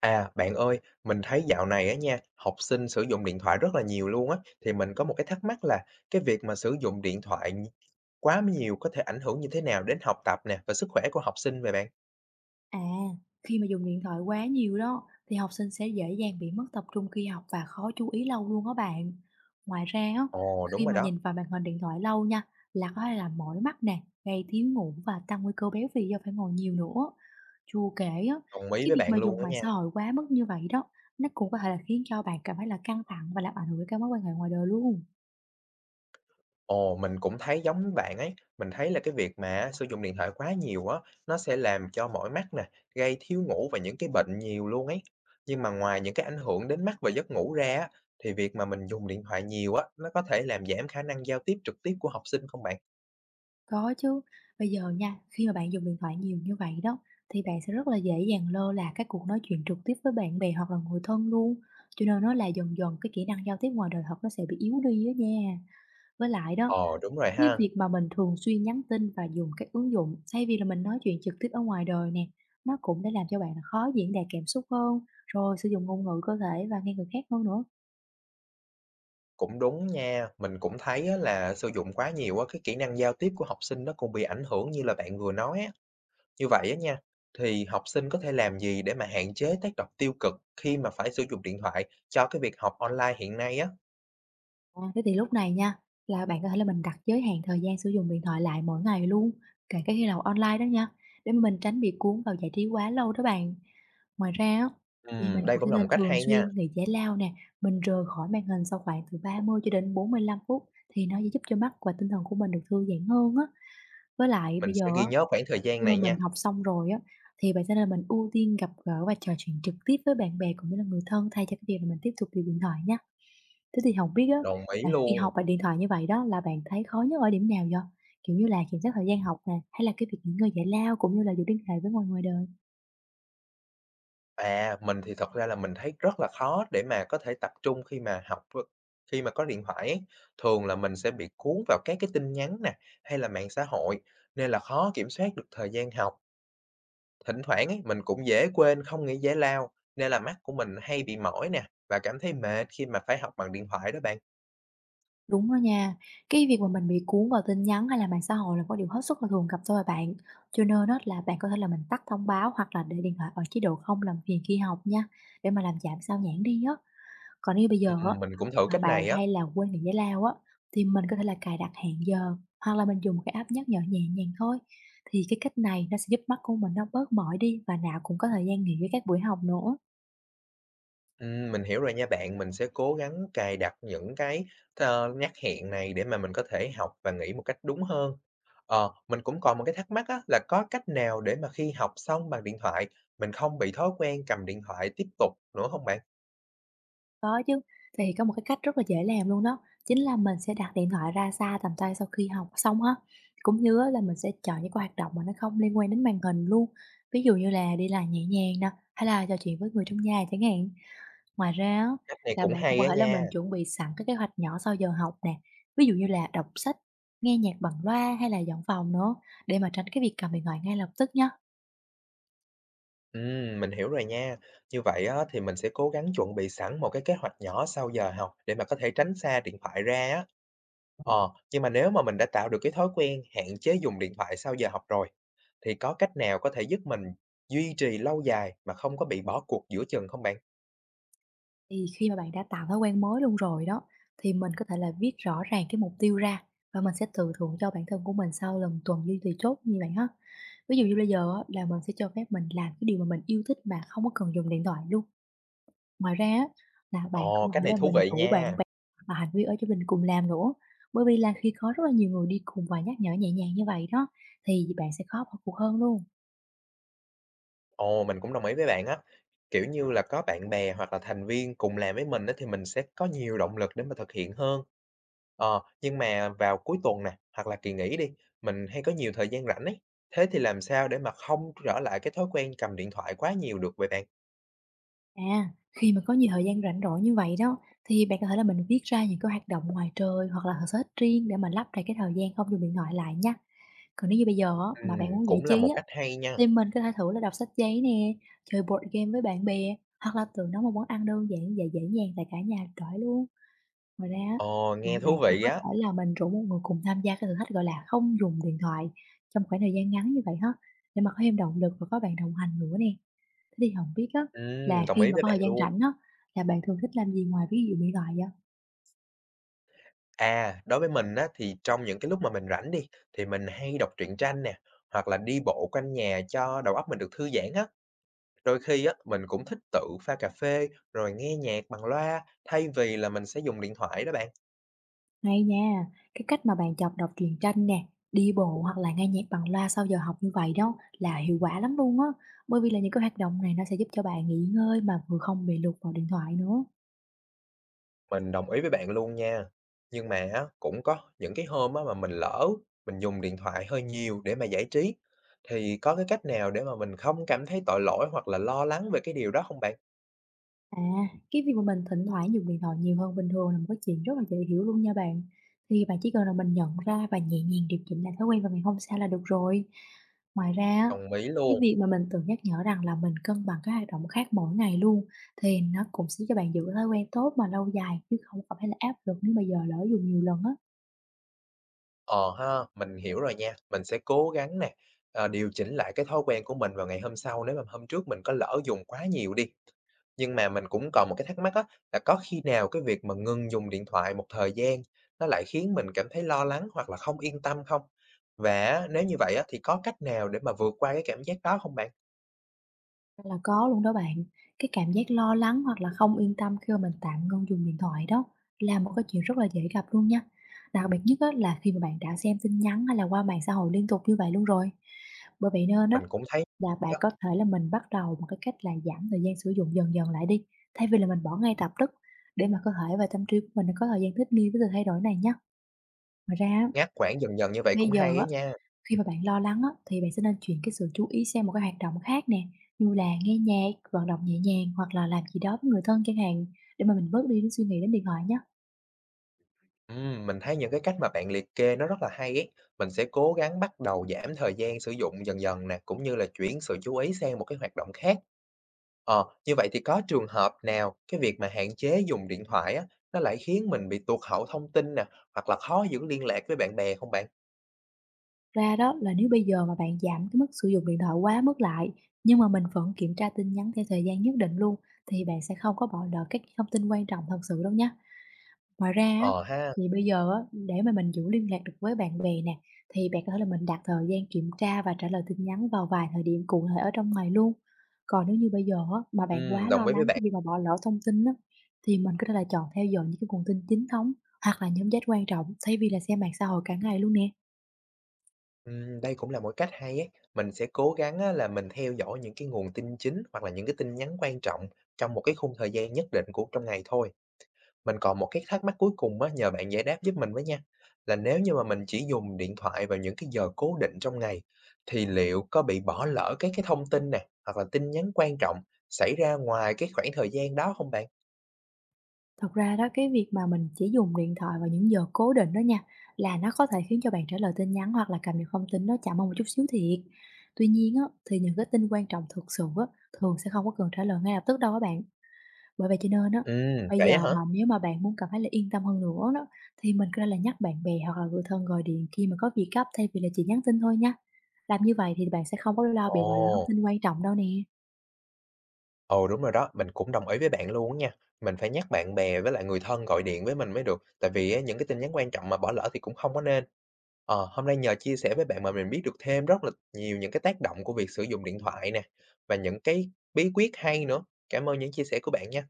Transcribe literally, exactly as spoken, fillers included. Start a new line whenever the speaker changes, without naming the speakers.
À, bạn ơi, mình thấy dạo này á nha, học sinh sử dụng điện thoại rất là nhiều luôn á, thì mình có một cái thắc mắc là cái việc mà sử dụng điện thoại nhi- quá nhiều có thể ảnh hưởng như thế nào đến học tập nè và sức khỏe của học sinh vậy bạn?
À, khi mà dùng điện thoại quá nhiều đó thì học sinh sẽ dễ dàng bị mất tập trung khi học và khó chú ý lâu luôn đó bạn. Ngoài ra á,
Ồ, đúng
khi
rồi
mà
đó,
nhìn vào màn hình điện thoại lâu nha là có thể làm mỏi mắt nè, gây thiếu ngủ và tăng nguy cơ béo phì do phải ngồi nhiều nữa. Chưa kể á,
đồng ý
cái
với
việc mà
bạn luôn
dùng
á
mạng
nha.
xã hội quá mức như vậy đó, nó cũng có thể là khiến cho bạn cảm thấy là căng thẳng và làm ảnh hưởng đến các mối quan hệ ngoài đời luôn.
Ồ, mình cũng thấy giống với bạn ấy. Mình thấy là cái việc mà sử dụng điện thoại quá nhiều á, nó sẽ làm cho mỏi mắt nè, gây thiếu ngủ và những cái bệnh nhiều luôn ấy. Nhưng mà ngoài những cái ảnh hưởng đến mắt và giấc ngủ ra á, thì việc mà mình dùng điện thoại nhiều á, nó có thể làm giảm khả năng giao tiếp trực tiếp của học sinh không bạn?
Có chứ, bây giờ nha, khi mà bạn dùng điện thoại nhiều như vậy đó, thì bạn sẽ rất là dễ dàng lơ là các cuộc nói chuyện trực tiếp với bạn bè hoặc là người thân luôn. Cho nên nó là dần dần cái kỹ năng giao tiếp ngoài đời thật nó sẽ bị yếu đi á nha. Với lại đó,
Ồ, đúng rồi
cái
ha.
việc mà mình thường xuyên nhắn tin và dùng các ứng dụng thay vì là mình nói chuyện trực tiếp ở ngoài đời nè, nó cũng đã làm cho bạn là khó diễn đạt cảm xúc hơn, rồi sử dụng ngôn ngữ cơ thể và nghe người khác hơn nữa.
Cũng đúng nha. Mình cũng thấy á là sử dụng quá nhiều á, cái kỹ năng giao tiếp của học sinh nó cũng bị ảnh hưởng như là bạn vừa nói á. Như vậy á nha, thì học sinh có thể làm gì để mà hạn chế tác động tiêu cực khi mà phải sử dụng điện thoại cho cái việc học online hiện nay á?
À, thế thì lúc này nha, là bạn có thể là mình đặt giới hạn thời gian sử dụng điện thoại lại mỗi ngày luôn, kể cả khi nào online đó nha, để mà mình tránh bị cuốn vào giải trí quá lâu đó bạn. Ngoài ra á, thì
Ừm,
mình
đây
cũng
cũng
phải
là một
nên
cách
thường
hay nha,
xuyên nghỉ giải lao nè, mình rời khỏi màn hình sau khoảng từ ba mươi cho đến bốn mươi lăm phút thì nó sẽ giúp cho mắt và tinh thần của mình được thư giãn hơn á. Với lại
mình
bây
sẽ
giờ
ghi
á,
nhớ khoảng thời gian
khi mà
này
mình
nha.
học xong rồi á, thì bạn sẽ là mình ưu tiên gặp gỡ và trò chuyện trực tiếp với bạn bè cũng như là người thân thay cho cái việc là mình tiếp tục dùng điện thoại nha. Thế thì không biết á,
Đồng ý
là khi
luôn.
học bằng điện thoại như vậy đó là bạn thấy khó nhất ở điểm nào vậy? Kiểu như là kiểm soát thời gian học nè, hay là cái việc nghỉ ngơi giải lao cũng như là giữ liên hệ với mọi người đời?
À, mình thì thật ra là mình thấy rất là khó để mà có thể tập trung khi mà học v- khi mà có điện thoại ấy. Thường là mình sẽ bị cuốn vào các cái tin nhắn nè, hay là mạng xã hội, nên là khó kiểm soát được thời gian học. Thỉnh thoảng ấy, mình cũng dễ quên không nghỉ giải lao, nên là mắt của mình hay bị mỏi nè, và cảm thấy mệt khi mà phải học bằng điện thoại đó bạn.
Đúng đó nha, cái việc mà mình bị cuốn vào tin nhắn hay là mạng xã hội là có điều hết sức là thường gặp thôi à bạn. Cho nên đó là bạn có thể là mình tắt thông báo hoặc là để điện thoại ở chế độ không làm phiền khi học nha, để mà làm giảm sao nhãng đi á. Còn nếu bây giờ á,
Ừm, mình cũng thử
mà
cách
bạn
này á.
hay là quên nghỉ giải lao á, thì mình có thể là cài đặt hẹn giờ, hoặc là mình dùng một cái app nhắc nhở nhẹ nhàng thôi. Thì cái cách này nó sẽ giúp mắt của mình nó bớt mỏi đi và não cũng có thời gian nghỉ với các buổi học nữa.
Ừm, mình hiểu rồi nha bạn, mình sẽ cố gắng cài đặt những cái ờ, nhắc hẹn này để mà mình có thể học và nghĩ một cách đúng hơn. Ờ, mình cũng còn một cái thắc mắc á, là có cách nào để mà khi học xong bằng điện thoại, mình không bị thói quen cầm điện thoại tiếp tục nữa không bạn?
Có chứ, thì có một cái cách rất là dễ làm luôn đó, chính là mình sẽ đặt điện thoại ra xa tầm tay sau khi học xong á. Cũng như á là mình sẽ chọn những cái hoạt động mà nó không liên quan đến màn hình luôn, ví dụ như là đi lại nhẹ nhàng nè, hay là trò chuyện với người trong nhà chẳng hạn. Ngoài ra á,
Cách này
là
cũng
bạn cũng
hay
có
á
thể là
nha.
mình chuẩn bị sẵn cái kế hoạch nhỏ sau giờ học nè, ví dụ như là đọc sách, nghe nhạc bằng loa hay là dọn phòng nữa, để mà tránh cái việc cầm điện thoại ngay lập tức nhá.
Ừm, mình hiểu rồi nha. Như vậy á, thì mình sẽ cố gắng chuẩn bị sẵn một cái kế hoạch nhỏ sau giờ học để mà có thể tránh xa điện thoại ra á. Ờ, nhưng mà nếu mà mình đã tạo được cái thói quen hạn chế dùng điện thoại sau giờ học rồi, thì có cách nào có thể giúp mình duy trì lâu dài mà không có bị bỏ cuộc giữa chừng không bạn?
Thì khi mà bạn đã tạo thói quen mới luôn rồi đó, thì mình có thể là viết rõ ràng cái mục tiêu ra và mình sẽ tự thưởng cho bản thân của mình sau lần tuần duy trì chốt như vậy ha. Ví dụ như bây giờ á, là mình sẽ cho phép mình làm cái điều mà mình yêu thích mà không có cần dùng điện thoại luôn. Ngoài ra á, là bạn
Ồ,
cũng có
cách
thể
này
là
thú
mình
vị
rủ bạn
nha.
bè và hành viên ở cho mình cùng làm nữa. Bởi vì là khi có rất là nhiều người đi cùng và nhắc nhở nhẹ nhàng như vậy đó, thì bạn sẽ khó bỏ cuộc hơn luôn.
Ồ, mình cũng đồng ý với bạn á. Kiểu như là có bạn bè hoặc là thành viên cùng làm với mình á, thì mình sẽ có nhiều động lực để mà thực hiện hơn. Ờ, nhưng mà vào cuối tuần nè, hoặc là kỳ nghỉ đi, mình hay có nhiều thời gian rảnh ấy. Thế thì làm sao để mà không trở lại cái thói quen cầm điện thoại quá nhiều được vậy bạn?
À, khi mà có nhiều thời gian rảnh rỗi như vậy đó, thì bạn có thể là mình viết ra những cái hoạt động ngoài trời hoặc là sở thích riêng để mà lấp đầy cái thời gian không dùng điện thoại lại nha. Còn nếu như bây giờ á, mà bạn
Ừm,
muốn giải
cũng là
trí
một
á,
cách hay nha.
thì mình có thể thử là đọc sách giấy nè, chơi board game với bạn bè, hoặc là tự nấu một món ăn đơn giản và dễ dàng tại cả nhà trọi luôn. Ngoài ra á,
Ồ,
là
nghe
bạn
thú
cũng
vị
có
á.
thể là mình rủ một người cùng tham gia cái thử thách, gọi là, không dùng điện thoại trong khoảng thời gian ngắn như vậy ha, để mà có thêm động lực và có bạn đồng hành nữa nè. Thế thì không biết á, là
Ừm, đồng
khi
ý
mà
với
có
bạn
thời gian
luôn.
rảnh á, là bạn thường thích làm gì ngoài ví dụ điện thoại vậy?
À, đối với mình á, thì trong những cái lúc mà mình rảnh đi, thì mình hay đọc truyện tranh nè, hoặc là đi bộ quanh nhà cho đầu óc mình được thư giãn á. Đôi khi á, mình cũng thích tự pha cà phê rồi nghe nhạc bằng loa thay vì là mình sẽ dùng điện thoại đó bạn.
Hay nha, cái cách mà bạn chọn đọc truyện tranh nè, đi bộ hoặc là nghe nhạc bằng loa sau giờ học như vậy đó là hiệu quả lắm luôn á, bởi vì là những cái hoạt động này nó sẽ giúp cho bạn nghỉ ngơi mà vừa không bị lụt vào điện thoại nữa.
Mình đồng ý với bạn luôn nha. Nhưng mà á, cũng có những cái hôm á, mà mình lỡ mình dùng điện thoại hơi nhiều để mà giải trí thì có cái cách nào để mà mình không cảm thấy tội lỗi hoặc là lo lắng về cái điều đó không bạn?
À, cái việc mà mình thỉnh thoảng dùng điện thoại nhiều hơn bình thường là một cái chuyện rất là dễ hiểu luôn nha bạn. Thì bạn chỉ cần là mình nhận ra và nhẹ nhàng điều chỉnh lại thói quen vào ngày hôm sau là được rồi. Ngoài ra á,
Đồng ý
cái
luôn.
việc mà mình tự nhắc nhở rằng là mình cân bằng các hoạt động khác mỗi ngày luôn thì nó cũng sẽ giúp cho bạn giữ thói quen tốt mà lâu dài chứ không có phải là áp lực nếu mà giờ lỡ dùng nhiều lần á.
Ờ ha, mình hiểu rồi nha. Mình sẽ cố gắng nè, ờ, điều chỉnh lại cái thói quen của mình vào ngày hôm sau nếu mà hôm trước mình có lỡ dùng quá nhiều đi. Nhưng mà mình cũng còn một cái thắc mắc á, là có khi nào cái việc mà ngừng dùng điện thoại một thời gian nó lại khiến mình cảm thấy lo lắng hoặc là không yên tâm không? Và nếu như vậy á, thì có cách nào để mà vượt qua cái cảm giác đó không bạn?
Là có luôn đó bạn. Cái cảm giác lo lắng hoặc là không yên tâm khi mà mình tạm ngưng dùng điện thoại đó là một cái chuyện rất là dễ gặp luôn nha. Đặc biệt nhất á, là khi mà bạn đã xem tin nhắn hay là qua mạng xã hội liên tục như vậy luôn rồi. Bởi vậy nên đó
Mình cũng thấy
là bạn
á,
có thể là mình bắt đầu bằng cái cách là giảm thời gian sử dụng dần dần lại đi, thay vì là mình bỏ ngay lập tức để mà cơ thể và tâm trí của mình nó có thời gian thích nghi với sự thay đổi này nhá. Ngoài ra á,
ngắt quãng dần dần như vậy
bây
cũng
giờ
hay á
á,
nha.
khi mà bạn lo lắng á, thì bạn sẽ nên chuyển cái sự chú ý sang một cái hoạt động khác nè, như là nghe nhạc, vận động nhẹ nhàng hoặc là làm gì đó với người thân chẳng hạn để mà mình bớt đi cái suy nghĩ đến điện thoại nhé.
Ừm, mình thấy những cái cách mà bạn liệt kê nó rất là hay ấy. Mình sẽ cố gắng bắt đầu giảm thời gian sử dụng dần dần nè, cũng như là chuyển sự chú ý sang một cái hoạt động khác. Ờ, như vậy thì có trường hợp nào cái việc mà hạn chế dùng điện thoại á, nó lại khiến mình bị tụt hậu thông tin nè, hoặc là khó giữ liên lạc với bạn bè không bạn?
Ra đó là nếu bây giờ mà bạn giảm cái mức sử dụng điện thoại quá mức lại nhưng mà mình vẫn kiểm tra tin nhắn theo thời gian nhất định luôn thì bạn sẽ không có bỏ lỡ các thông tin quan trọng thật sự đâu nhé. Ngoài ra á,
Ờ ha,
thì bây giờ á, để mà mình giữ liên lạc được với bạn bè nè, thì bạn có thể là mình đặt thời gian kiểm tra và trả lời tin nhắn vào vài thời điểm cụ thể ở trong ngày luôn. Còn nếu như bây giờ á, mà bạn
ừm,
quá lo
đồng ý với
lắng cái
bạn.
việc mà bỏ lỡ thông tin á, thì mình có thể là chọn theo dõi những cái nguồn tin chính thống hoặc là nhóm chat quan trọng thay vì là xem mạng xã hội cả ngày luôn nè.
Ừm, đây cũng là một cách hay ấy. Mình sẽ cố gắng á, là mình theo dõi những cái nguồn tin chính hoặc là những cái tin nhắn quan trọng trong một cái khung thời gian nhất định của trong ngày thôi. Mình còn một cái thắc mắc cuối cùng á, nhờ bạn giải đáp giúp mình với nha. Là nếu như mà mình chỉ dùng điện thoại vào những cái giờ cố định trong ngày, thì liệu có bị bỏ lỡ cái cái thông tin nè, hoặc là tin nhắn quan trọng xảy ra ngoài cái khoảng thời gian đó không bạn?
Thật ra đó cái việc mà mình chỉ dùng điện thoại vào những giờ cố định đó nha, là nó có thể khiến cho bạn trả lời tin nhắn hoặc là cập nhật thông tin nó chậm hơn một chút xíu thiệt. Tuy nhiên á, thì những cái tin quan trọng thực sự á, thường sẽ không có cần trả lời ngay lập tức đâu á bạn. Bởi vậy cho nên á,
Ừ
bây
vậy á
giờ
hả?
mà nếu mà bạn muốn cảm thấy là yên tâm hơn nữa đó, thì mình có thể là nhắc bạn bè hoặc là người thân gọi điện khi mà có việc gấp thay vì là chỉ nhắn tin thôi nha. Làm như vậy thì bạn sẽ không có lo bị bỏ lỡ thông
Ồ,
tin quan trọng đâu nè.
ồ đúng rồi đó, mình cũng đồng ý với bạn luôn á nha. Mình phải nhắc bạn bè với lại người thân gọi điện với mình mới được, tại vì á, những cái tin nhắn quan trọng mà bỏ lỡ thì cũng không có nên. Ờ, hôm nay nhờ chia sẻ với bạn mà mình biết được thêm rất là nhiều những cái tác động của việc sử dụng điện thoại nè, và những cái bí quyết hay nữa. Cảm ơn những chia sẻ của bạn nha.